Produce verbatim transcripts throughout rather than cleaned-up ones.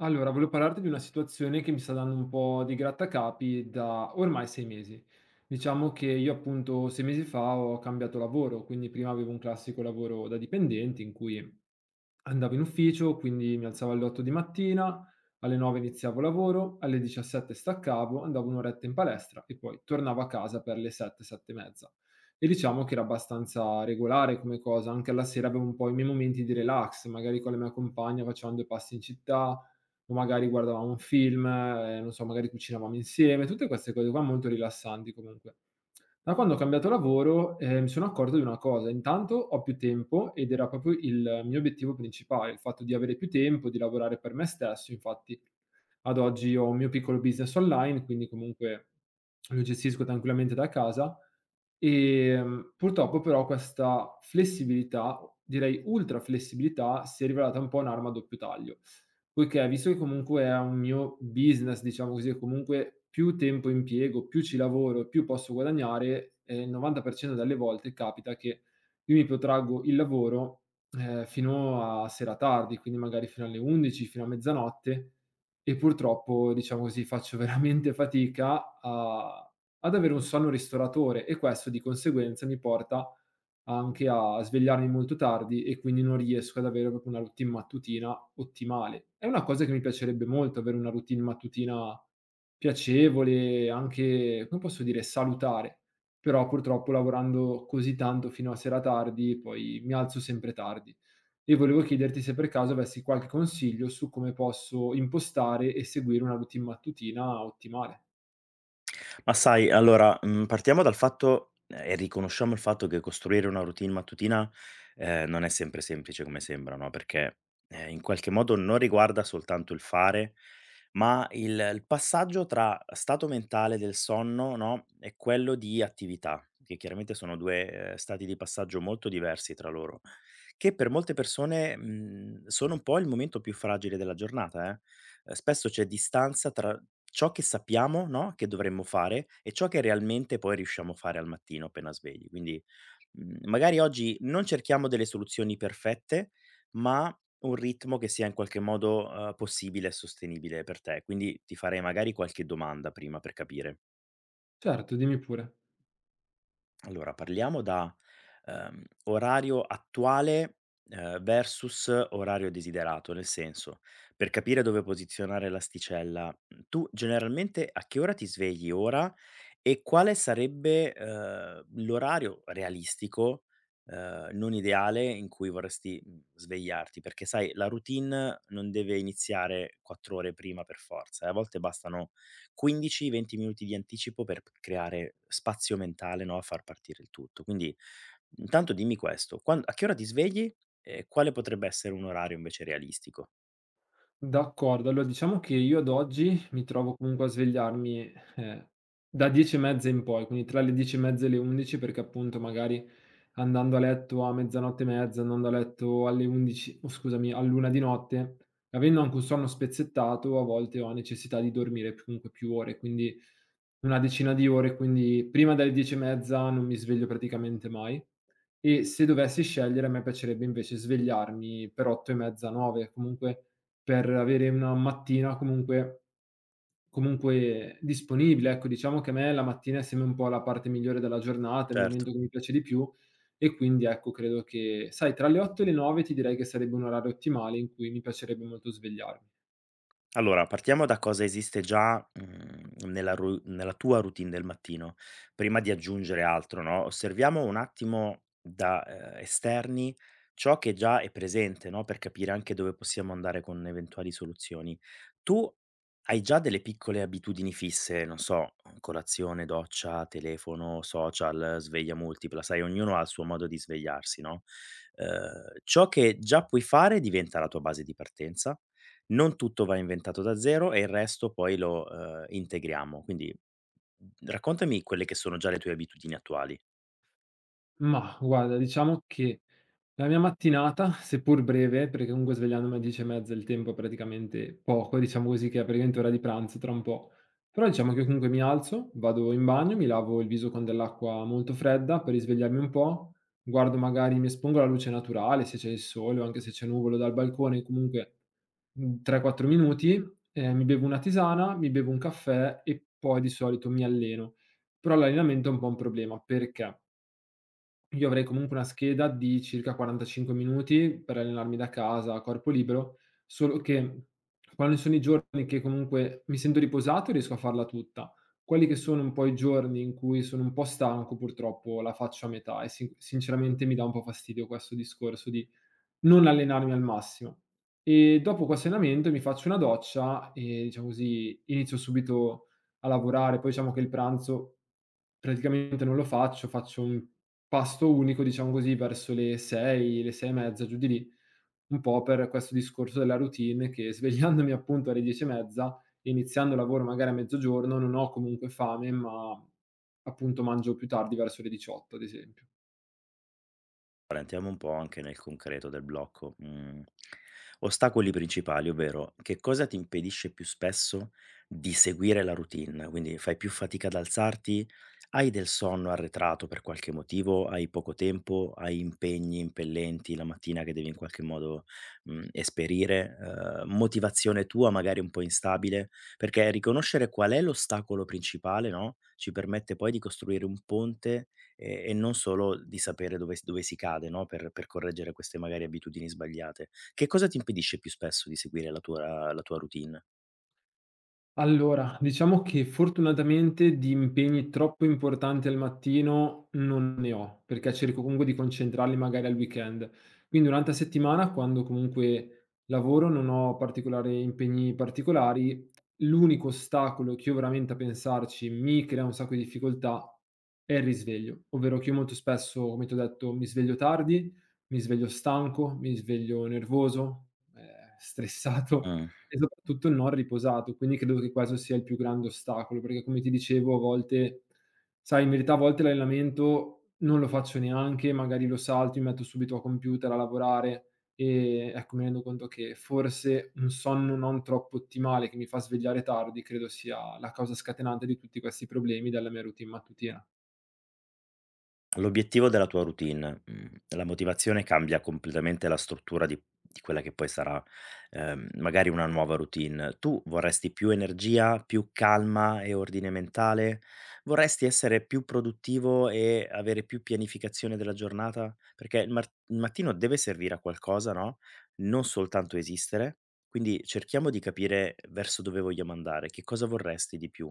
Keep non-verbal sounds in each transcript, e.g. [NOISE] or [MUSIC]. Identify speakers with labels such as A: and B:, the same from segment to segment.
A: Allora, volevo parlarti di una situazione che mi sta dando un po' di grattacapi da ormai sei mesi. Diciamo che io appunto sei mesi fa ho cambiato lavoro, quindi prima avevo un classico lavoro da dipendente in cui andavo in ufficio, quindi mi alzavo alle otto di mattina, alle nove iniziavo lavoro, alle diciassette staccavo, andavo un'oretta in palestra e poi tornavo a casa per le sette, sette e mezza. E diciamo che era abbastanza regolare come cosa, anche alla sera avevo un po' i miei momenti di relax, magari con la mia compagna facevamo due passi in città o magari guardavamo un film, ehm, non so, magari cucinavamo insieme, tutte queste cose qua molto rilassanti comunque. Da quando ho cambiato lavoro, ehm, mi sono accorto di una cosa: intanto ho più tempo ed era proprio il mio obiettivo principale, il fatto di avere più tempo, di lavorare per me stesso. Infatti ad oggi ho un mio piccolo business online, quindi comunque lo gestisco tranquillamente da casa. E Ehm, purtroppo però questa flessibilità, direi ultra flessibilità, si è rivelata un po' un'arma a doppio taglio. Poiché visto che comunque è un mio business, diciamo così, e comunque più tempo impiego, più ci lavoro e più posso guadagnare, ehm, il novanta per cento delle volte capita che io mi protraggo il lavoro, ehm, fino a sera tardi, quindi magari fino alle undici, fino a mezzanotte e purtroppo, diciamo così, faccio [LAUGHS] veramente fatica a ad avere un sonno ristoratore e questo di conseguenza mi porta anche a svegliarmi molto tardi e quindi non riesco ad avere proprio una routine mattutina ottimale. È una cosa che mi piacerebbe molto avere una routine mattutina piacevole, anche, come posso dire, salutare, però purtroppo lavorando così tanto fino a sera tardi, poi mi alzo sempre tardi. E volevo chiederti se per caso avessi qualche consiglio su come posso impostare e seguire una routine mattutina ottimale.
B: Ma sai, allora, mhmm, partiamo dal fatto eh, e riconosciamo il fatto che costruire una routine mattutina, ehm, non è sempre semplice come sembra, no, perché, ehm, in qualche modo non riguarda soltanto il fare, ma il il passaggio tra stato mentale del sonno, no, e quello di attività, che chiaramente sono due, ehm, stati di passaggio molto diversi tra loro, che per molte persone, mhmm, sono un po' il momento più fragile della giornata, eh ehm, spesso c'è distanza tra ciò che sappiamo, no, che dovremmo fare e ciò che realmente poi riusciamo a fare al mattino appena svegli. Quindi, mhmm, magari oggi non cerchiamo delle soluzioni perfette, ma un ritmo che sia in qualche modo, uhm, possibile e sostenibile per te. Quindi ti farei magari qualche domanda prima per capire.
A: Certo, dimmi pure.
B: Allora parliamo da, ehm, orario attuale, ehm, versus orario desiderato, nel senso, per capire dove posizionare l'asticella, mhmm, tu generalmente a che ora ti svegli ora e quale sarebbe, ehm, l'orario realistico, ehm, non ideale in cui vorresti, mhmm, svegliarti? Perché sai la routine non deve iniziare quattro ore prima per forza, eh, a volte bastano quindici, venti minuti di anticipo per p creare spazio mentale, no, a far partire il tutto. Quindi, intanto dimmi questo: quan a che ora ti svegli e quale potrebbe essere un orario invece realistico?
A: D'accordo, allora diciamo che io ad oggi mi trovo comunque a svegliarmi, eh, da dieci e mezza in poi, quindi tra le dieci e mezza e le undici perché appunto magari andando a letto a mezzanotte e mezza, andando a letto alle undici, o scusami, all'una di notte, avendo anche un sonno spezzettato, a volte ho necessità di dormire più- comunque più ore, quindi una decina di ore, quindi prima delle dieci e mezza non mi sveglio praticamente mai e se dovessi scegliere a me piacerebbe invece svegliarmi per otto e mezza, nove, comunque per avere una mattina comunque comunque disponibile. Ecco, diciamo che a me la mattina è sempre un po' la parte migliore della giornata, il
B: Certo.
A: momento che mi piace di più e quindi ecco credo che sai tra le otto e le nove ti direi che sarebbe un orario ottimale in cui mi piacerebbe molto svegliarmi.
B: Allora, partiamo da cosa esiste già, mhmm, nella ru nella tua routine del mattino, prima di aggiungere altro, no, osserviamo un attimo da, ehm, esterni ciò che già è presente, no, per capire anche dove possiamo andare con eventuali soluzioni. Tu hai già delle piccole abitudini fisse, non so, colazione, doccia, telefono, social, sveglia multipla, sai ognuno ha il suo modo di svegliarsi, no, ehm, ciò che già puoi fare diventa la tua base di partenza non tutto va inventato da zero e il resto poi lo, uhm, integriamo. Quindi, mhmm, raccontami quelle che sono già le tue abitudini attuali.
A: Mah, guarda, diciamo che la mia mattinata, seppur breve, perché comunque svegliandomi alle dieci e mezza il tempo è praticamente poco, diciamo così, che è praticamente ora di pranzo tra un po'. Però diciamo che comunque mi alzo, vado in bagno, mi lavo il viso con dell'acqua molto fredda per risvegliarmi un po', guardo magari mi espongo alla luce naturale, se c'è il sole o anche se c'è nuvolo dal balcone, comunque, mhmm, tre, quattro minuti, ehm, mi bevo una tisana, mi bevo un caffè e poi di solito mi alleno. Però l'allenamento è un po' un problema, perché? Io avrei comunque una scheda di circa quarantacinque minuti per allenarmi da casa a corpo libero, solo che quando sono i giorni che comunque mi sento riposato riesco a farla tutta. Quelli che sono un po' i giorni in cui sono un po' stanco purtroppo la faccio a metà e sin sinceramente mi dà un po' fastidio questo discorso di non allenarmi al massimo. E dopo questo allenamento mi faccio una doccia e, diciamo così, inizio subito a lavorare. Poi diciamo che il pranzo praticamente non lo faccio, faccio un pasto unico, diciamo così, verso le sei, le sei e mezza, giù di lì, un po' per questo discorso della routine che svegliandomi appunto alle dieci e mezza, iniziando il lavoro magari a mezzogiorno, non ho comunque fame, ma appunto mangio più tardi verso le diciotto ad esempio.
B: Ora entriamo un po' anche nel concreto del blocco. Mhmm, ostacoli principali, ovvero che cosa ti impedisce più spesso di seguire la routine? Quindi fai più fatica ad alzarti, hai del sonno arretrato per qualche motivo, hai poco tempo, hai impegni impellenti la mattina che devi in qualche modo, mhmm, esperire, uhm, motivazione tua magari un po' instabile, perché riconoscere qual è l'ostacolo principale, no, ci permette poi di costruire un ponte e e non solo di sapere dove s dove si cade, no, per per correggere queste magari abitudini sbagliate. Che cosa ti impedisce più spesso di seguire la tua la tua routine?
A: Allora, diciamo che fortunatamente di impegni troppo importanti al mattino non ne ho, perché cerco comunque di concentrarli magari al weekend. Quindi durante la settimana, quando comunque lavoro, non ho particolari impegni particolari. L'unico ostacolo che io veramente a pensarci mi crea un sacco di difficoltà è il risveglio, ovvero che io molto spesso, come ti ho detto, mi sveglio tardi, mi sveglio stanco, mi sveglio nervoso, eh, [LAUGHS] stressato
B: Mh.
A: e soprattutto non riposato, quindi credo che questo sia il più grande ostacolo, perché come ti dicevo a volte sai, in verità a volte l'allenamento non lo faccio neanche, magari lo salto, mi metto subito a computer a lavorare e ecco, mi rendo conto che forse un sonno non troppo ottimale che mi fa svegliare tardi, credo sia la causa scatenante di tutti questi problemi della mia routine mattutina.
B: L'obiettivo della tua routine, mhmm, la motivazione cambia completamente la struttura di di quella che poi sarà, ehm, magari una nuova routine. Tu vorresti più energia, più calma e ordine mentale? Vorresti essere più produttivo e avere più pianificazione della giornata? Perché il mar il mattino deve servire a qualcosa, no, non soltanto esistere, quindi cerchiamo di capire verso dove vogliamo andare, che cosa vorresti di più?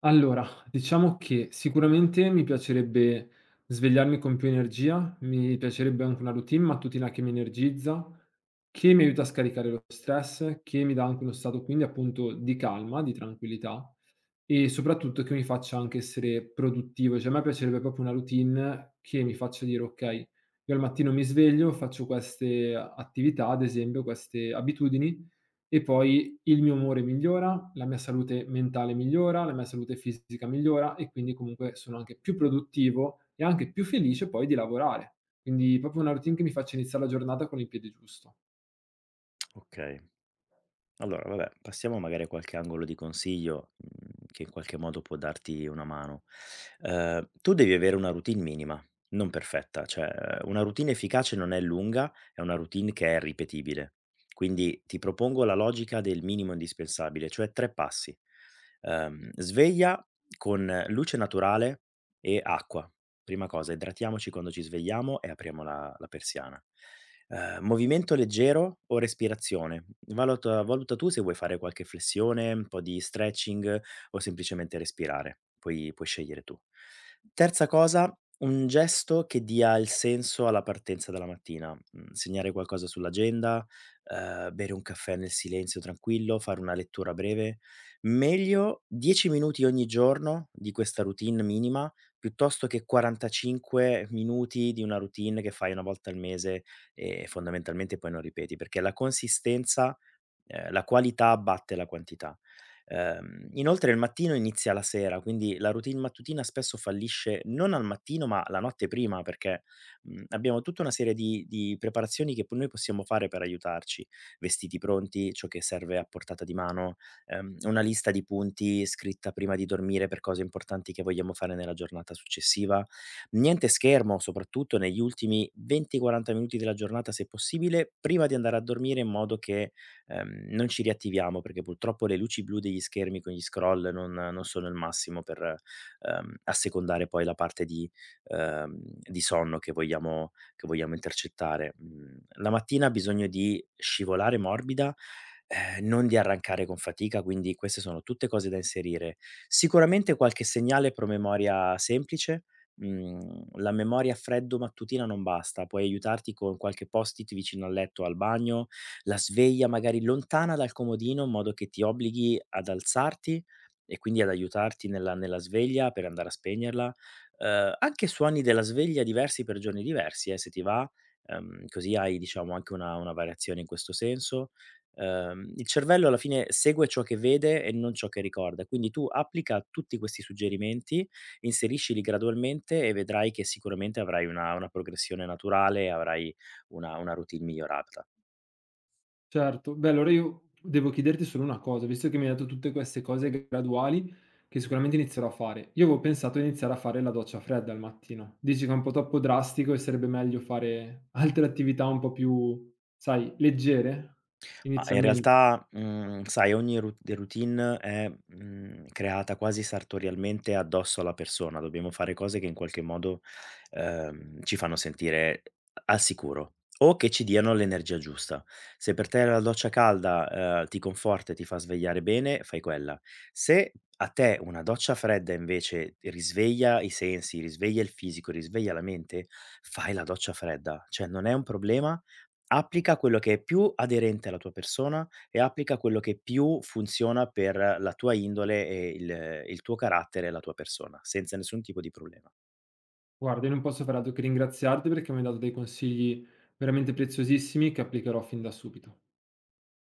A: Allora, diciamo che sicuramente mi piacerebbe svegliarmi con più energia, mi piacerebbe anche una routine mattutina che mi energizza, che mi aiuta a scaricare lo stress, che mi dà anche uno stato quindi appunto di calma, di tranquillità. E soprattutto che mi faccia anche essere produttivo, cioè a me piacerebbe proprio una routine che mi faccia dire: "Okay, io al mattino mi sveglio, faccio queste attività, ad esempio, queste abitudini e poi il mio umore migliora, la mia salute mentale migliora, la mia salute fisica migliora e quindi comunque sono anche più produttivo e anche più felice poi di lavorare." Quindi proprio una routine che mi faccia iniziare la giornata con il piede giusto.
B: Okay. Allora, vabbè, passiamo magari a qualche angolo di consiglio, mhmm, che in qualche modo può darti una mano. Ehm, tu devi avere una routine minima, non perfetta, cioè eh, una routine efficace non è lunga, è una routine che è ripetibile. Quindi ti propongo la logica del minimo indispensabile, cioè tre passi. Ehm, sveglia con eh, luce naturale e acqua. Prima cosa, idratiamoci quando ci svegliamo e apriamo la la persiana. Ehm, movimento leggero o respirazione? Valuta valuta tu se vuoi fare qualche flessione, un po' di stretching o semplicemente respirare, puoi puoi scegliere tu. Terza cosa, un gesto che dia il senso alla partenza della mattina, mhmm, segnare qualcosa sull'agenda, ehm, bere un caffè nel silenzio tranquillo, fare una lettura breve. Meglio dieci minuti ogni giorno di questa routine minima, piuttosto che quarantacinque minuti di una routine che fai una volta al mese e fondamentalmente poi non ripeti, perché la consistenza Ehm, la qualità batte la quantità. Ehm, inoltre il mattino inizia la sera, quindi la routine mattutina spesso fallisce non al mattino, ma la notte prima, perché, mhmm, abbiamo tutta una serie di di preparazioni che po noi possiamo fare per aiutarci: vestiti pronti, ciò che serve a portata di mano, ehm, una lista di punti scritta prima di dormire per cose importanti che vogliamo fare nella giornata successiva. Niente schermo, soprattutto negli ultimi venti, quaranta minuti della giornata se possibile, prima di andare a dormire in modo che ehm, non ci riattiviamo perché purtroppo le luci blu degli schermi con gli scroll non non sono il massimo per, ehm, assecondare poi la parte di ehm, di sonno che vogliamo che vogliamo intercettare. Mhmm, la mattina ha bisogno di scivolare morbida, ehm, non di arrancare con fatica, quindi queste sono tutte cose da inserire. Sicuramente qualche segnale promemoria semplice, mhmm, la memoria a freddo mattutina non basta, puoi aiutarti con qualche post-it vicino al letto o al bagno, la sveglia magari lontana dal comodino in modo che ti obblighi ad alzarti e quindi ad aiutarti nella nella sveglia per andare a spegnerla. Uhm, anche suoni della sveglia diversi per giorni diversi, eh, se ti va, ehm, così hai diciamo anche una una variazione in questo senso. Uhm, il cervello alla fine segue ciò che vede e non ciò che ricorda, quindi tu applica tutti questi suggerimenti, inseriscili gradualmente e vedrai che sicuramente avrai una una progressione naturale e avrai una una routine migliorata.
A: Certo. Beh, allora io devo chiederti solo una cosa, visto che mi hai detto tutte queste cose graduali, che sicuramente inizierò a fare. Io avevo pensato di iniziare a fare la doccia fredda al mattino. Dici che è un po' troppo drastico e sarebbe meglio fare altre attività un po' più, sai, leggere
B: Ma in
A: inizialmente.
B: realtà, mhmm, sai ogni ru routine è, mhmm, creata quasi sartorialmente addosso alla persona. Dobbiamo fare cose che in qualche modo, ehm, ci fanno sentire al sicuro o che ci diano l'energia giusta. Se per te la doccia calda, ehm, ti conforta e ti fa svegliare bene, fai quella. Se a te una doccia fredda invece risveglia i sensi, risveglia il fisico, risveglia la mente, fai la doccia fredda. Cioè non è un problema Applica quello che è più aderente alla tua persona e applica quello che più funziona per la tua indole e il il tuo carattere e la tua persona, senza nessun tipo di problema.
A: Guarda, io non posso fare altro che ringraziarti perché mi hai dato dei consigli veramente preziosissimi che applicherò fin da subito.